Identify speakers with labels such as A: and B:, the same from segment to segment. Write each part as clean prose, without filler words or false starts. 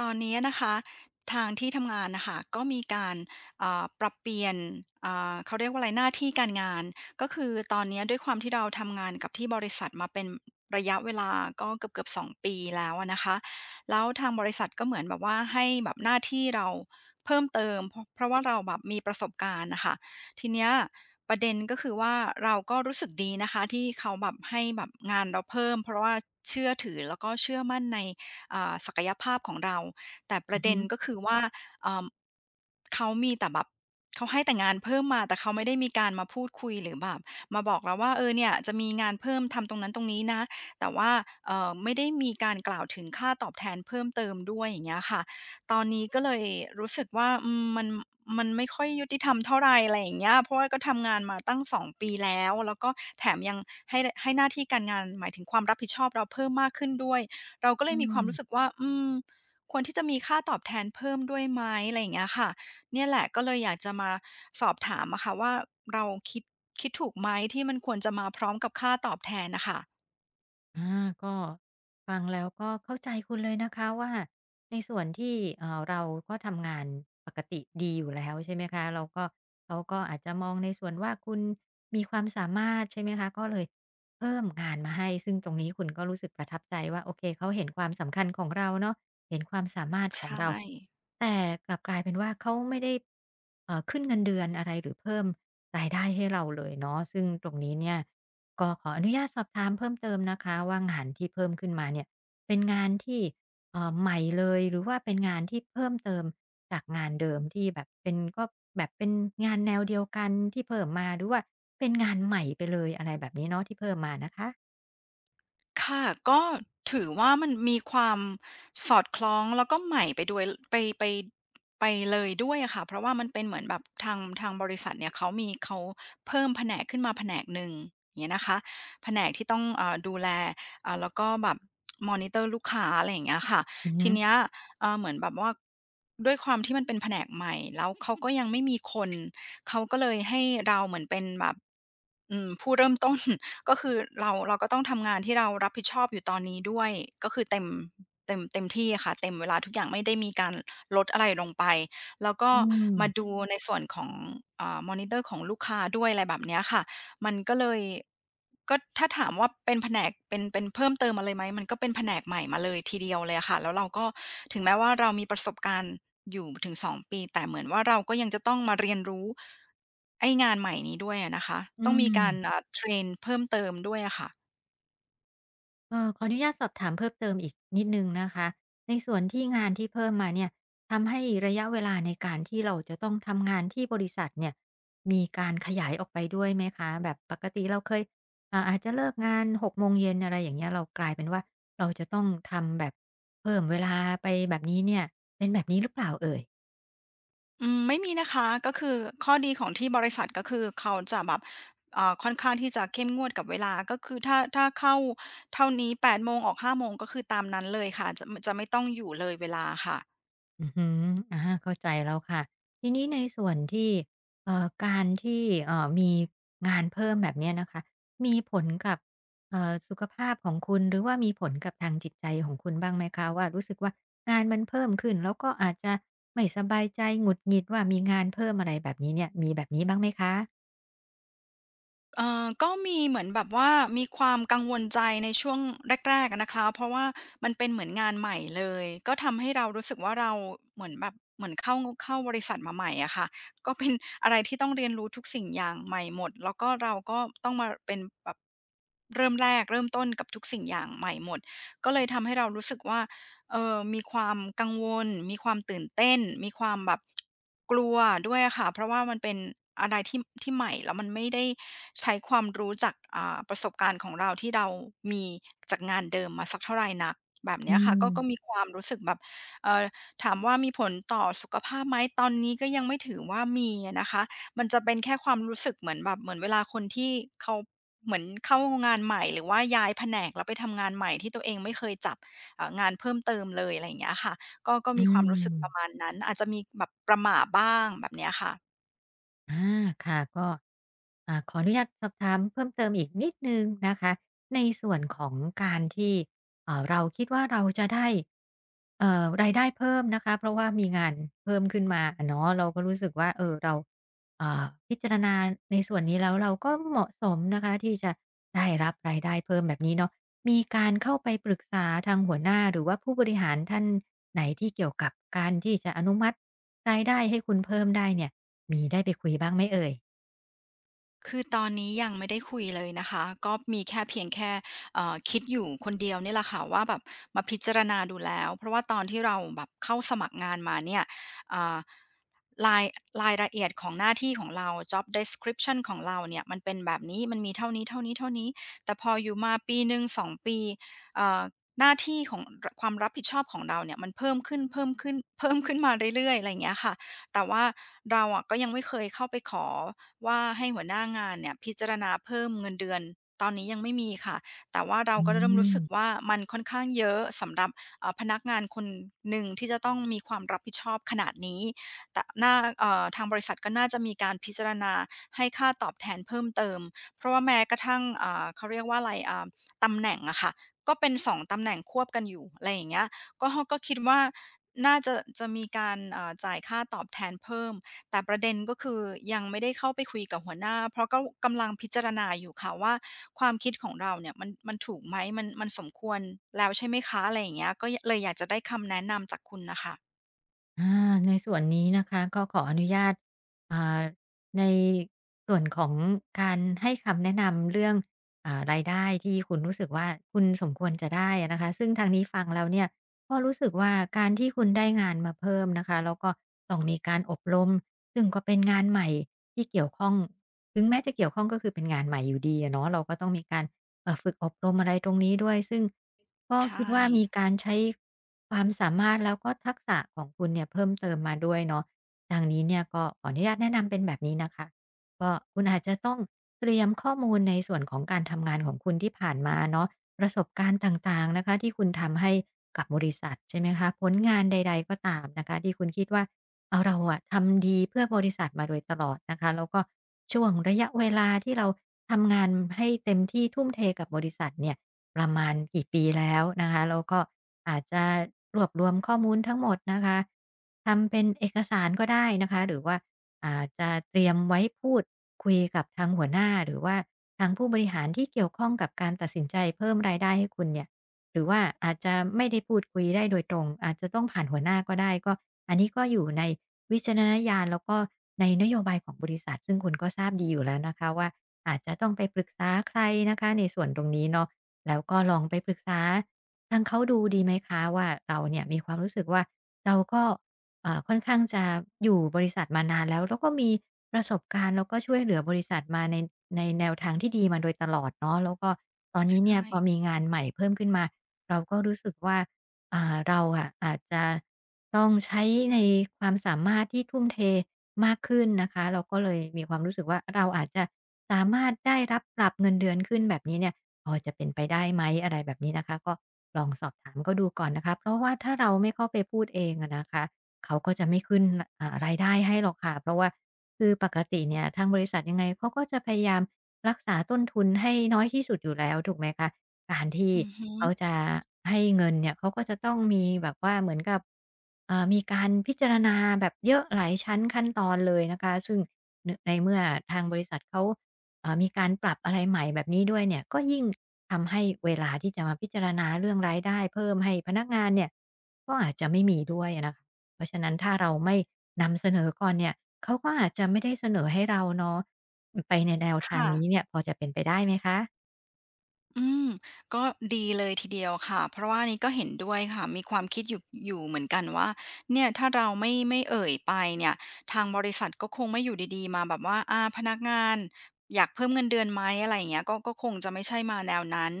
A: ตอนนี้นะคะทางที่ทำงานนะคะก็มีการปรับเปลี่ยนเขาเรียกว่าอะไรหน้าที่การงานก็คือตอนนี้ด้วยความที่เราทำงานกับที่บริษัทมาเป็นระยะเวลาก็เกือบๆ2ปีแล้วอะนะคะแล้วทางบริษัทก็เหมือนแบบว่าให้แบบหน้าที่เราเพิ่มเติมเพราะว่าเราแบบมีประสบการณ์นะคะทีเนี้ยประเด็นก็คือว่าเราก็รู้สึกดีนะคะที่เขาแบบให้แบบงานเราเพิ่มเพราะว่าเชื่อถือแล้วก็เชื่อมั่นใน ศักยภาพของเราแต่ป
B: อื
A: ระ
B: อ
A: เด็
B: ฮึ
A: นก็คือว่าเอ่าเขามีแต่แบบเขาให้แต่งานเพิ่มมาแต่เขาไม่ได้มีการมาพูดคุยหรือแบบมาบอกเราว่าเออเนี่ยจะมีงานเพิ่มทำตรงนั้นตรงนี้นะแต่ว่าไม่ได้มีการกล่าวถึงค่าตอบแทนเพิ่มเติมด้วยอย่างเงี้ยค่ะตอนนี้ก็เลยรู้สึกว่ามันมันไม่ค่อยยุติธรรมเท่าไรอะไรอย่างเงี้ยเพราะว่าก็ทำงานมาตั้ง2 ปีแล้วแล้วก็แถมยังให้หน้าที่การงานหมายถึงความรับผิดชอบเราเพิ่มมากขึ้นด้วย เราก็เล
B: อื
A: ยมีควา
B: ม
A: มรู้สึกว่าอืมควรที่จะมีค่าตอบแทนเพิ่มด้วยไหมอะไรอย่างเงี้ยค่ะเนี่ยแหละก็เลยอยากจะมาสอบถามอะค่ะว่าเราคิดคิดถูกไหมที่มันควรจะมาพร้อมกับค่าตอบแทนน่ะค่ะ
B: อาก็ฟังแล้วก็เข้าใจคุณเลยนะคะว่าในส่วนที่เราก็ทำงานปกติดีอยู่แล้วใช่ไหมคะเราก็เขาก็อาจจะมองในส่วนว่าคุณมีความสามารถใช่ไหมคะก็เลยเพิ่มงานมาให้ซึ่งตรงนี้คุณก็รู้สึกประทับใจว่าโอเคเขาเห็นความสำคัญของเราเนาะเห็นความสามารถ
A: ใช
B: ของเรา
A: ่
B: แต่กลับกลายเป็นว่าเขาไม่ได้ขึ้นเงินเดือนอะไรหรือเพิ่มรายได้ให้เราเลยเนาะซึ่งตรงนี้เนี่ย ก็ขออนุญาตสอบถามเพิ่มเติมนะคะว่างานที่เพิ่มขึ้นมาเนี่ยเป็นงานที่ใหม่เลยหรือว่าเป็นงานที่เพิ่มเติมจากงานเดิมที่แบบเป็นก็แบบเป็นงานแนวเดียวกันที่เพิ่มมาหรือว่าเป็นงานใหม่ไปเลยอะไรแบบนี้เนาะที่เพิ่มมานะคะ
A: ค่ะก็ถือว่ามันมีความสอดคล้องแล้วก็ใหม่ไปด้วยไปไปไปเลยด้วยอะค่ะเพราะว่ามันเป็นเหมือนแบบทางบริษัทเนี่ยเขามีเขาเพิ่มแผนกขึ้นมาแผนกหนึ่งอย่างเงี้ยนะคะแผนกที่ต้องดูแลแล้วก็แบบมอนิเตอร์ลูกค้าอะไรอย่างเงี้ยค่ะ
B: อือฮึ
A: ทีเนี้ยเหมือนแบบว่าด้วยความที่มันเป็นแผนกใหม่แล้วเขาก็ยังไม่มีคนเขาก็เลยให้เราเหมือนเป็นแบบผู้เริ่มต้น ก็คือเราก็ต้องทำงานที่เรารับผิดชอบอยู่ตอนนี้ด้วยก็คือเต็มเต็มที่ค่ะเต็มเวลาทุกอย่างไม่ได้มีการลดอะไรลงไปแล้วก็
B: อื
A: มา
B: ม
A: ดูในส่วนของมอนิเตอร์ของลูกค้าด้วยอะไรแบบเนี้ยค่ะ มันก็เลยก็ถ้าถามว่าเป็นแผนกเป็นเพิ่มเติมมาเลยไหมมันก็เป็นแผนกใหม่มาเลยทีเดียวเลยอะค่ะแล้วเราก็ถึงแม้ว่าเรามีประสบการณ์อยู่ถึง2ปีแต่เหมือนว่าเราก็ยังจะต้องมาเรียนรู้ไอ้งานใหม่นี้ด้วยอะนะคะ
B: อื
A: ต้องมีการ
B: ม
A: เทรนเพิ่มเติมด้วยอะค่ะ
B: ขออนุญาตสอบถามเพิ่มเติมอีกนิดนึงนะคะในส่วนที่งานที่เพิ่มมาเนี่ยทำให้ระยะเวลาในการที่เราจะต้องทำงานที่บริษัทเนี่ยมีการขยายออกไปด้วยไหมคะแบบปกติเราเคยอาจจะเลิกงาน6 โมงเย็นอะไรอย่างเงี้ยเรากลายเป็นว่าเราจะต้องทำแบบเพิ่มเวลาไปแบบนี้เนี่ยเป็นแบบนี้หรือเปล่าเอ่ย
A: อืมไม่มีนะคะก็คือข้อดีของที่บริษัทก็คือเขาจะแบบค่อนข้างที่จะเข้มงวดกับเวลาก็คือถ้าเข้าเท่านี้8โมงออก5โมงก็คือตามนั้นเลยค่ะจะไม่ต้องอยู่เลยเวลาค่ะ
B: อือฮึอาเข้าใจแล้วค่ะทีนี้ในส่วนที่การที่มีงานเพิ่มแบบเนี้ยนะคะมีผลกับสุขภาพของคุณหรือว่ามีผลกับทางจิตใจของคุณบ้างไหมคะว่ารู้สึกว่างานมันเพิ่มขึ้นแล้วก็อาจจะไม่สบายใจหงุดหงิดว่ามีงานเพิ่มอะไรแบบนี้เนี่ยมีแบบนี้บ้างไหมคะ
A: ก็มีเหมือนแบบว่ามีความกังวลใจในช่วงแรกๆอะนะคะเพราะว่ามันเป็นเหมือนงานใหม่เลยก็ทำให้เรารู้สึกว่าเราเหมือนแบบเหมือนเข้าบริษัทมาใหม่อะค่ะก็เป็นอะไรที่ต้องเรียนรู้ทุกสิ่งอย่างใหม่หมดแล้วก็เราก็ต้องมาเป็นแบบเริ่มแรกเริ่มต้นกับทุกสิ่งอย่างใหม่หมดก็เลยทำให้เรารู้สึกว่า เออมีความกังวลมีความตื่นเต้นมีความแบบกลัวด้วยอะค่ะ เพราะว่ามันเป็นอะไรที่ใหม่แล้วมันไม่ได้ใช้ความรู้จากประสบการณ์ของเราที่เรามีจากงานเดิมมาสักเท่าไหร่นักแบบ
B: อื
A: เนี้ยค่ะ
B: ม
A: ก็มีความรู้สึกแบบเอ่อถามว่ามีผลต่อสุขภาพไหมตอนนี้ก็ยังไม่ถือว่ามีอะนะคะมันจะเป็นแค่ความรู้สึกเหมือนแบบเหมือนเวลาคนที่เขาเหมือนเข้างานใหม่หรือว่าย้ายแผนกแล้วไปทำงานใหม่ที่ตัวเองไม่เคยจับ งานเพิ่มเติมเลยอะไรอย่างเงี้ยค่ะก็
B: อื
A: มีความรู้สึกประมา
B: ม
A: ณนั้นอาจจะมีแบบประหม่าบ้างแบบเนี้ยค่ะ
B: อาค่ะก็ขออนุญาตสอบถามเพิ่มเติมอีกนิดหนึ่งนะคะในส่วนของการที่เอ่าเราคิดว่าเราจะได้รายได้เพิ่มนะคะเพราะว่ามีงานเพิ่มขึ้นมาอะเนาะเราก็รู้สึกว่าเออเราพิจารณาในส่วนนี้แล้วเราก็เหมาะสมนะคะที่จะได้รับรายได้เพิ่มแบบนี้เนาะ มีการเข้าไปปรึกษาทางหัวหน้าหรือว่าผู้บริหารท่านไหนที่เกี่ยวกับการที่จะอนุมัติรายได้ให้คุณเพิ่มได้เนี่ยมีได้ไปคุยบ้างไหมเอ่ย
A: คือตอนนี้ยังไม่ได้คุยเลยนะคะก็มีแค่เพียงแค่คิดอยู่คนเดียวนี่แหละค่ะว่าแบบมาพิจารณาดูแล้วเพราะว่าตอนที่เราแบบเข้าสมัครงานมาเนี่ยเอ่ารายรายละเอียดของหน้าที่ของเรา Job description ของเราเนี่ยมันเป็นแบบนี้มันมีเท่านี้เท่านี้เท่านี้แต่พออยู่มาปีหนึ่งสองปีเอ่อหน้าที่ของความรับผิดชอบของเราเนี่ยมันเพิ่มขึ้นเพิ่มขึ้นเพิ่มขึ้นมาเรื่อยๆอะไรอย่างเงี้ยค่ะแต่ว่าเราอะก็ยังไม่เคยเข้าไปขอ ว่าให้หัวหน้างานเนี่ยพิจารณาเพิ่มเงินเดือนตอนนี้ยังไม่มีค่ะแต่ว่าเรา
B: อื
A: ก็เริ่มรู้
B: ม
A: สึกว่ามันค่อนข้างเยอะสำหรับพนักงานคนหนึ่งที่จะต้องมีความรับผิดชอบขนาดนี้แต่น่าทางบริษัทก็น่าจะมีการพิจารณาให้ค่าตอบแทนเพิ่มเติมเพราะว่าแม้กระทั่งเขาเรียกว่าอะไรตำแหน่งอะค่ะก็เป็นสองตำแหน่งควบกันอยู่อะไรอย่างเงี้ยก็คิดว่าน่าจะจะมีการจ่ายค่าตอบแทนเพิ่ม แต่ประเด็นก็คือยังไม่ได้เข้าไปคุยกับหัวหน้าเพราะก็กำลังพิจารณาอยู่ค่ะว่าความคิดของเราเนี่ยมันถูกไหมมันสมควรแล้วใช่ไหมคะอะไรอย่างเงี้ยก็ยเลยอยากจะได้คำแนะนำจากคุณน่ะค่ะ
B: อาในส่วนนี้นะคะก็ขออนุญาตอ่าในส่วนของการให้คำแนะนำเรื่องรายได้ที่คุณรู้สึกว่าคุณสมควรจะได้นะคะซึ่งทางนี้ฟังแล้วเนี่ยก็รู้สึกว่าการที่คุณได้งานมาเพิ่มนะคะแล้วก็ต้องมีการอบรมซึ่งก็เป็นงานใหม่ที่เกี่ยวข้องถึงแม้จะเกี่ยวข้องก็คือเป็นงานใหม่อยู่ดีอะเนาะเราก็ต้องมีการฝึกอบรมอะไรตรงนี้ด้วยซึ่งก็
A: ใช
B: คิด
A: ่
B: ว่ามีการใช้ ความสามารถแล้วก็ทักษะของคุณเนี่ยเพิ่มเติมมาด้วยเนาะทางนี้เนี่ยก็ขออนุญาตแนะนำเป็นแบบนี้นะคะก็คุณอาจจะต้องเตรียมข้อมูลในส่วนของการทำงานของคุณที่ผ่านมาเนาะประสบการณ์ต่างๆนะคะที่คุณทำให้กับบริษัทใช่ไหมคะผลงานใดๆก็ตามนะคะที่คุณคิดว่าเอาเราอะทำดีเพื่อบริษัทมาโดยตลอดนะคะแล้วก็ช่วงระยะเวลาที่เราทำงานให้เต็มที่ทุ่มเทกับบริษัทเนี่ย ประมาณกี่ปีแล้วนะคะแล้วก็อาจจะรวบรวมข้อมูลทั้งหมดนะคะทำเป็นเอกสารก็ได้นะคะหรือว่าอาจจะเตรียมไว้พูดคุยกับทางหัวหน้าหรือว่าทางผู้บริหารที่เกี่ยวข้องกับการตัดสินใจเพิ่มรายได้ให้คุณเนี่ยหรือว่าอาจจะไม่ได้พูดคุยได้โดยตรงอาจจะต้องผ่านหัวหน้าก็ได้ก็อันนี้ก็อยู่ในวิจารณญาณแล้วก็ในนโยบายของบริษัทซึ่งคุณก็ทราบดีอยู่แล้วนะคะว่าอาจจะต้องไปปรึกษาใครนะคะในส่วนตรงนี้เนาะ แล้วก็ลองไปปรึกษาทางเขาดูดีไหมคะว่าเราเนี่ยมีความรู้สึกว่าเราก็ค่อนข้างจะอยู่บริษัทมานานแล้วแล้วก็มีประสบการณ์แล้วก็ช่วยเหลือบริษัทมาในแนวทางที่ดีมาโดยตลอดเนาะแล้วก็ตอน
A: ใช
B: นี้เนี่ยพอมี
A: ่
B: งานใหม่เพิ่มขึ้นมาเราก็รู้สึกว่าเราอะอาจจะต้องใช้ในความสามารถที่ทุ่มเทมากขึ้นนะคะเราก็เลยมีความรู้สึกว่าเราอาจจะสามารถได้รับปรับเงินเดือนขึ้นแบบนี้เนี่ย พอจะเป็นไปได้ไหมอะไรแบบนี้นะคะก็ลองสอบถามเขาดูก่อนนะคะเพราะว่าถ้าเราไม่เข้าไปพูดเองอะนะคะเขาก็จะไม่ขึ้นรายได้ให้หรอกค่ะเพราะว่าคือปกติเนี่ยทางบริษัทยังไงเขาก็จะพยายามรักษาต้นทุนให้น้อยที่สุดอยู่แล้วถูกไหมคะการที่
A: อือฮึ
B: เขาจะให้เงินเนี่ยเขาก็จะต้องมีแบบว่าเหมือนกับมีการพิจารณาแบบเยอะหลายชั้นขั้นตอนเลยนะคะซึ่งนในเมื่อทางบริษัทเขา มีการปรับอะไรใหม่แบบนี้ด้วยเนี่ยก็ยิ่งทำให้เวลาที่จะมาพิจารณาเรื่องรายได้เพิ่มให้พนักงานเนี่ยก็อาจจะไม่มีด้วยอะนะคะเพราะฉะนั้นถ้าเราไม่นำเสนอก่อนเนี่ยเขาก็อาจจะไม่ได้เสนอให้เราเนาะไปในแนวทาง
A: ค่ะ
B: นี้เนี่ยพอจะเป็นไปได้ไหมคะ
A: อืมก็ดีเลยทีเดียวค่ะเพราะว่านี่ก็เห็นด้วยค่ะมีความคิดอยู่อยู่เหมือนกันว่าเนี่ยถ้าเราไม่เอ่ยไปเนี่ยทางบริษัทก็คงไม่อยู่ดีๆมาแบบว่าอาพนักงานอยากเพิ่มเงินเดือนไหมอะไรอย่างเงี้ยก็คงจะไม่ใช่มาแนวนั้น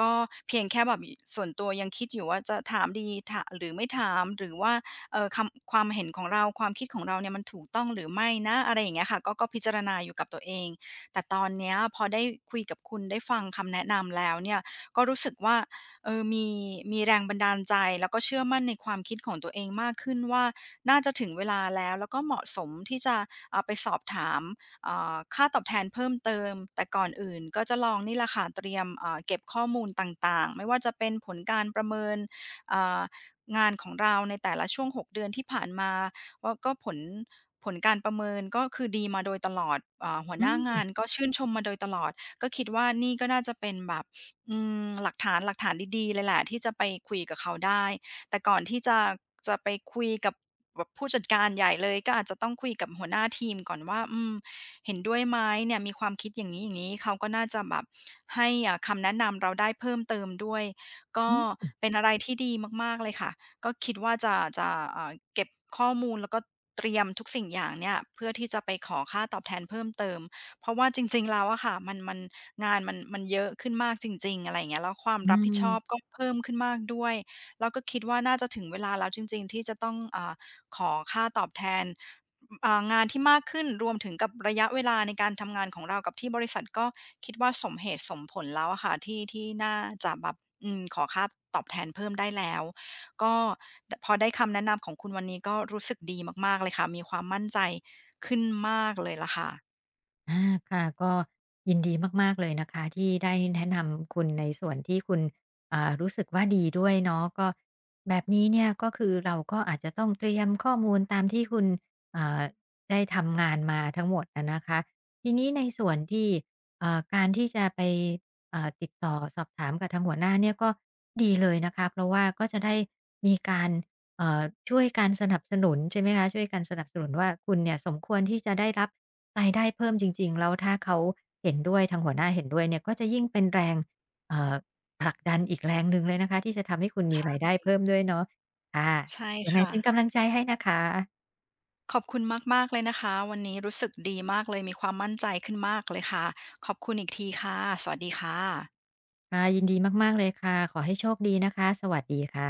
A: ก็เพียงแค่แบบส่วนตัวยังคิดอยู่ว่าจะถามดีถะหรือไม่ถามหรือว่าคำความเห็นของเราความคิดของเราเนี่ยมันถูกต้องหรือไม่นะอะไรอย่างเงี้ยค่ะก็พิจารณาอยู่กับตัวเอง แต่ตอนเนี้ยพอได้คุยกับคุณได้ฟังคำแนะนำแล้วเนี่ยก็รู้สึกว่าเออมีมีแรงบันดาลใจแล้วก็เชื่อมั่นในความคิดของตัวเองมากขึ้นว่าน่าจะถึงเวลาแล้วแล้วก็เหมาะสมที่จะไปสอบถามค่าตอบแทนเพิ่มเติมแต่ก่อนอื่นก็จะลองนี่แหละค่ะเตรียมเก็บข้อมูลต่างๆไม่ว่าจะเป็นผลการประเมินอ่างานของเราในแต่ละช่วง6 เดือนที่ผ่านมา ว่าก็ผลผลการประเมินก็คือดีมาโดยตลอดหัว
B: อื
A: หน้างา
B: ม
A: นก็ชื่นชมมาโดยตลอดก็คิดว่านี่ก็น่าจะเป็นแบบอืมหลักฐานหลักฐานดีๆเลยแหละที่จะไปคุยกับเขาได้แต่ก่อนที่จะไปคุยกับแบบผู้จัดการใหญ่เลยก็อาจจะต้องคุยกับหัวหน้าทีมก่อนว่าอืมเห็นด้วยไหมเนี่ยมีความคิดอย่างงี้ๆเขาก็น่าจะแบบให้คำแนะนำเราได้เพิ่มเติมด้วยก็
B: อือ
A: เป็นอะไรที่ดีมากๆเลยค่ะ ก็คิดว่าจะเก็บข้อมูลแล้วก็เตรียมทุกสิ่งอย่างเนี่ยเพื่อที่จะไปขอค่าตอบแทนเพิ่มเติมเพราะว่าจริงๆแล้วอะค่ะมันงานมันเยอะขึ้นมากจริงๆอะไรอย่างเงี้ยแล้วความ
B: อื
A: รับผิดชอบ
B: ม
A: ก็เพิ่มขึ้นมากด้วยแล้วก็คิดว่าน่าจะถึงเวลาแล้วจริงๆที่จะต้องขอค่าตอบแทนงานที่มากขึ้นรวมถึงกับระยะเวลาในการทำงานของเรากับที่บริษัทก็คิดว่าสมเหตุสมผลแล้วอะค่ะที่น่าจะแบบอืมขอค่าตอบแทนเพิ่มได้แล้ว ก็พอได้คำแนะนำของคุณวันนี้ก็รู้สึกดีมากๆเลยค่ะมีความมั่นใจขึ้นมากเลยล่ะค่ะ
B: อาค่ะก็ยินดีมากๆเลยนะคะที่ได้แนะนำคุณในส่วนที่คุณรู้สึกว่าดีด้วยเนาะก็แบบนี้เนี่ยก็คือเราก็อาจจะต้องเตรียมข้อมูลตามที่คุณอ่าได้ทำงานมาทั้งหมดนะนะคะทีนี้ในส่วนที่การที่จะไปติดต่อสอบถามกับทางหัวหน้าเนี่ยก็ดีเลยนะคะเพราะว่าก็จะได้มีการเอ่อช่วยการสนับสนุนใช่ไหมคะช่วยการสนับสนุนว่าคุณเนี่ยสมควรที่จะได้รับ รายได้เพิ่มจริงๆแล้วถ้าเขาเห็นด้วยทางหัวหน้าเห็นด้วยเนี่ยก็จะยิ่งเป็นแรงเอ่อผลักดันอีกแรงหนึ่งเลยนะคะที่จะทำให้คุณมีรายได้เพิ่มด้วยเนาะค่ะ
A: ใช่
B: ยังไง
A: ค่ะ
B: เป็นกำลังใจให้นะคะ
A: ขอบคุณมากๆเลยนะคะวันนี้รู้สึกดีมากเลยมีความมั่นใจขึ้นมากเลยค่ะขอบคุณอีกทีค่ะสวัสดีค่ะ
B: ค่ะยินดีมากๆเลยค่ะขอให้โชคดีนะคะสวัสดีค่ะ